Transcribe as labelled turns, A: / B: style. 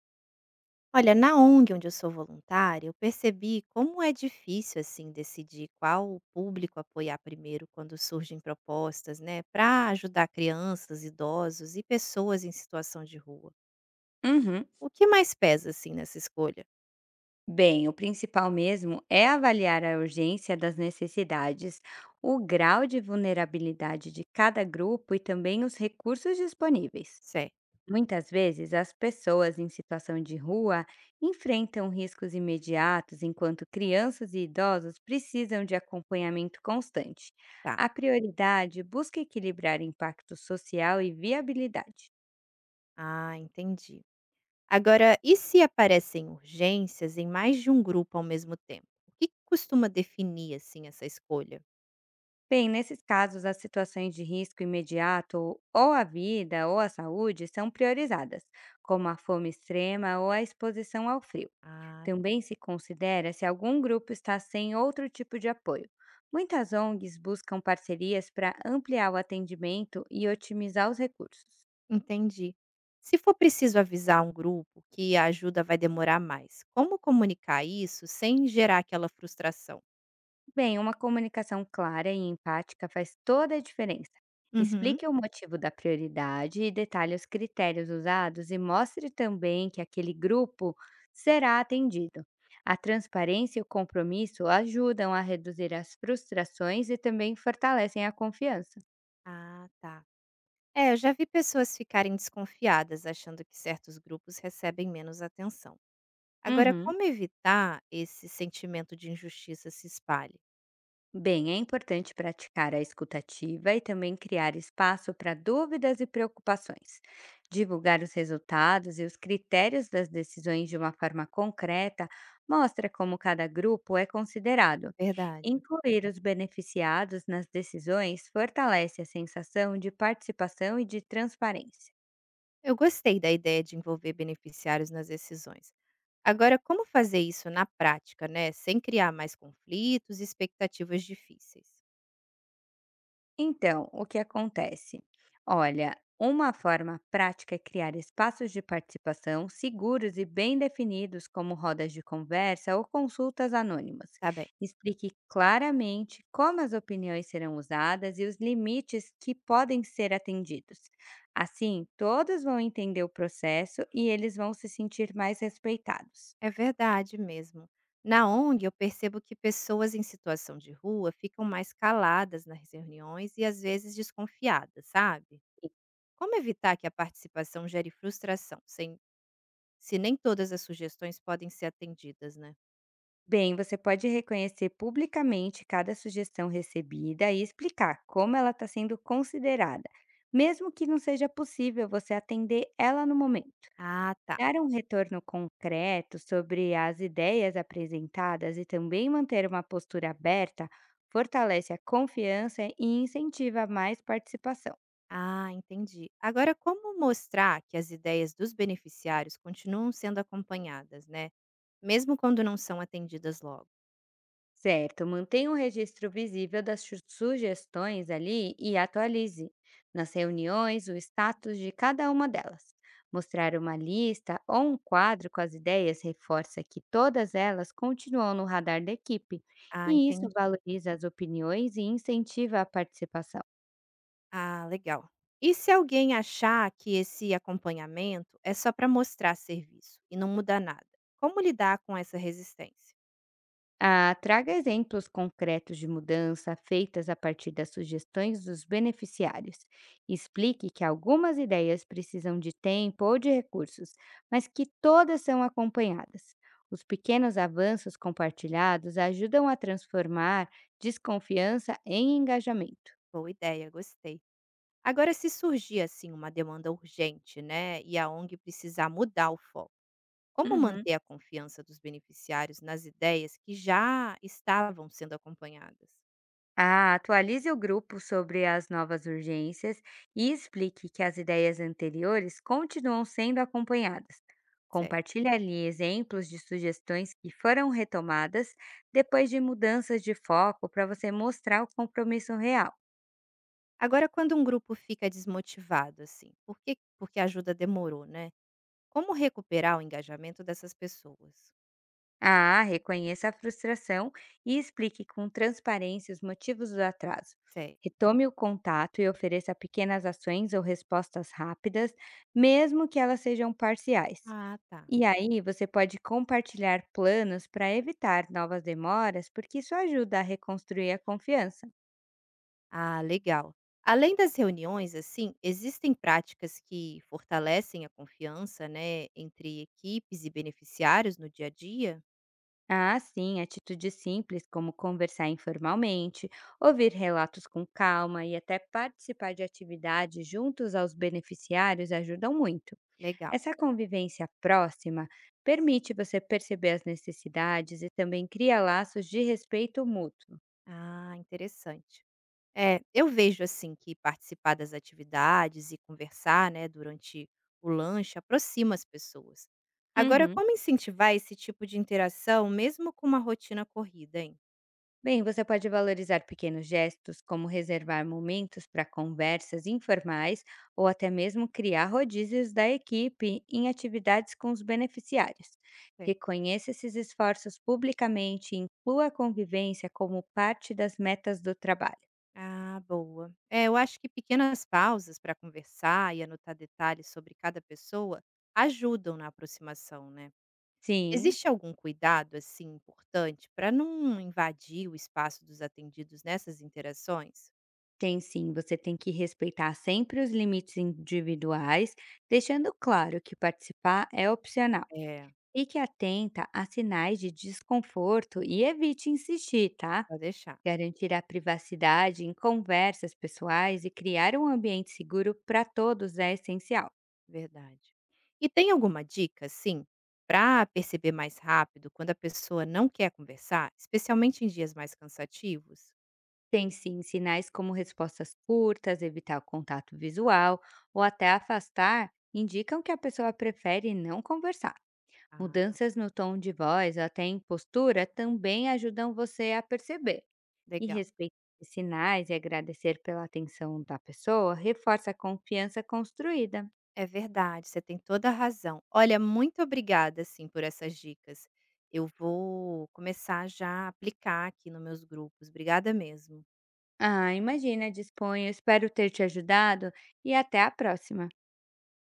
A: Olha, na ONG onde eu sou voluntária, eu percebi como é difícil assim decidir qual público apoiar primeiro quando surgem propostas, né, para ajudar crianças, idosos e pessoas em situação de rua.
B: Uhum.
A: O que mais pesa assim nessa escolha?
B: Bem, o principal mesmo é avaliar a urgência das necessidades, o grau de vulnerabilidade de cada grupo e também os recursos disponíveis.
A: Certo,
B: Muitas vezes, as pessoas em situação de rua enfrentam riscos imediatos, enquanto crianças e idosos precisam de acompanhamento constante.
A: tá.
B: A prioridade busca equilibrar impacto social e viabilidade.
A: Ah, entendi. Agora, e se aparecem urgências em mais de um grupo ao mesmo tempo? O que que costuma definir assim essa escolha?
B: Bem, nesses casos, as situações de risco imediato, ou a vida ou a saúde, são priorizadas, como a fome extrema ou a exposição ao frio.
A: Ah,
B: Também se considera se algum grupo está sem outro tipo de apoio. Muitas ONGs buscam parcerias para ampliar o atendimento e otimizar os recursos.
A: entendi. Se for preciso avisar um grupo que a ajuda vai demorar mais, como comunicar isso sem gerar aquela frustração?
B: Bem, uma comunicação clara e empática faz toda a diferença.
A: Uhum.
B: Explique o motivo da prioridade e detalhe os critérios usados e mostre também que aquele grupo será atendido. A transparência e o compromisso ajudam a reduzir as frustrações e também fortalecem a confiança.
A: Ah, tá. É, eu já vi pessoas ficarem desconfiadas achando que certos grupos recebem menos atenção. Agora,
B: Uhum.
A: como evitar esse sentimento de injustiça se espalhe?
B: Bem, é importante praticar a escutativa e também criar espaço para dúvidas e preocupações. Divulgar os resultados e os critérios das decisões de uma forma concreta mostra como cada grupo é considerado.
A: Verdade.
B: Incluir os beneficiados nas decisões fortalece a sensação de participação e de transparência.
A: Eu gostei da ideia de envolver beneficiários nas decisões. Agora, como fazer isso na prática, né? Sem criar mais conflitos e expectativas difíceis.
B: Então, o que acontece? Olha, uma forma prática é criar espaços de participação seguros e bem definidos, como rodas de conversa ou consultas anônimas.
A: Tá bem.
B: Explique claramente como as opiniões serão usadas e os limites que podem ser atendidos. Assim, todos vão entender o processo e eles vão se sentir mais respeitados.
A: É verdade mesmo. Na ONG, eu percebo que pessoas em situação de rua ficam mais caladas nas reuniões e às vezes desconfiadas, sabe? Como evitar que a participação gere frustração, sem, se nem todas as sugestões podem ser atendidas, né?
B: Bem, você pode reconhecer publicamente cada sugestão recebida e explicar como ela está sendo considerada, mesmo que não seja possível você atender ela no momento.
A: Ah, tá.
B: Dar um retorno concreto sobre as ideias apresentadas e também manter uma postura aberta fortalece a confiança e incentiva mais participação.
A: Ah, entendi. Agora, como mostrar que as ideias dos beneficiários continuam sendo acompanhadas, né? Mesmo quando não são atendidas logo?
B: Certo, mantenha um registro visível das sugestões ali e atualize nas reuniões o status de cada uma delas. Mostrar uma lista ou um quadro com as ideias reforça que todas elas continuam no radar da equipe,
A: Ah,
B: e isso
A: entendi.
B: valoriza as opiniões e incentiva a participação.
A: Ah, legal. E se alguém achar que esse acompanhamento é só para mostrar serviço e não muda nada? Como lidar com essa resistência?
B: Ah, traga exemplos concretos de mudança feitas a partir das sugestões dos beneficiários. Explique que algumas ideias precisam de tempo ou de recursos, mas que todas são acompanhadas. Os pequenos avanços compartilhados ajudam a transformar desconfiança em engajamento.
A: Boa ideia, gostei. Agora, se surgir assim uma demanda urgente, né, e a ONG precisar mudar o foco, como
B: Uhum.
A: manter a confiança dos beneficiários nas ideias que já estavam sendo acompanhadas?
B: Ah, atualize o grupo sobre as novas urgências e explique que as ideias anteriores continuam sendo acompanhadas.
A: Certo.
B: Compartilhe ali exemplos de sugestões que foram retomadas depois de mudanças de foco para você mostrar o compromisso real.
A: Agora, quando um grupo fica desmotivado, assim, por que, porque a ajuda demorou, né? Como recuperar o engajamento dessas pessoas?
B: Ah, reconheça a frustração e explique com transparência os motivos do atraso.
A: Certo.
B: Retome o contato e ofereça pequenas ações ou respostas rápidas, mesmo que elas sejam parciais.
A: Ah, tá.
B: E aí, você pode compartilhar planos para evitar novas demoras, porque isso ajuda a reconstruir a confiança.
A: Ah, legal. Além das reuniões, assim, existem práticas que fortalecem a confiança, né, entre equipes e beneficiários no dia a dia?
B: Ah, sim, atitudes simples como conversar informalmente, ouvir relatos com calma e até participar de atividades juntos aos beneficiários ajudam muito.
A: Legal.
B: Essa convivência próxima permite você perceber as necessidades e também cria laços de respeito mútuo.
A: Ah, interessante. É, eu vejo assim que participar das atividades e conversar, né, durante o lanche aproxima as pessoas. Agora,
B: Uhum.
A: como incentivar esse tipo de interação mesmo com uma rotina corrida, hein?
B: Bem, você pode valorizar pequenos gestos, como reservar momentos para conversas informais ou até mesmo criar rodízios da equipe em atividades com os beneficiários. Reconheça esses esforços publicamente e inclua a convivência como parte das metas do trabalho.
A: Ah, boa. É, eu acho que pequenas pausas para conversar e anotar detalhes sobre cada pessoa ajudam na aproximação, né?
B: Sim,
A: Existe algum cuidado assim importante para não invadir o espaço dos atendidos nessas interações?
B: tem sim, você tem que respeitar sempre os limites individuais, deixando claro que participar é opcional.
A: É,
B: Fique atenta a sinais de desconforto e evite insistir, tá?
A: pode deixar,
B: Garantir a privacidade em conversas pessoais e criar um ambiente seguro para todos é essencial.
A: verdade. E tem alguma dica, assim, para perceber mais rápido quando a pessoa não quer conversar, especialmente em dias mais cansativos?
B: Tem sim sinais como respostas curtas, evitar o contato visual ou até afastar, indicam que a pessoa prefere não conversar.
A: Ah,
B: Mudanças no tom de voz ou até em postura também ajudam você a perceber. E
A: legal.
B: respeitar esses sinais e agradecer pela atenção da pessoa reforça a confiança construída.
A: É verdade, você tem toda a razão. Olha, muito obrigada, assim, por essas dicas. Eu vou começar já a aplicar aqui nos meus grupos. Obrigada mesmo.
B: Ah, imagina, disponho. Espero ter te ajudado e até a próxima.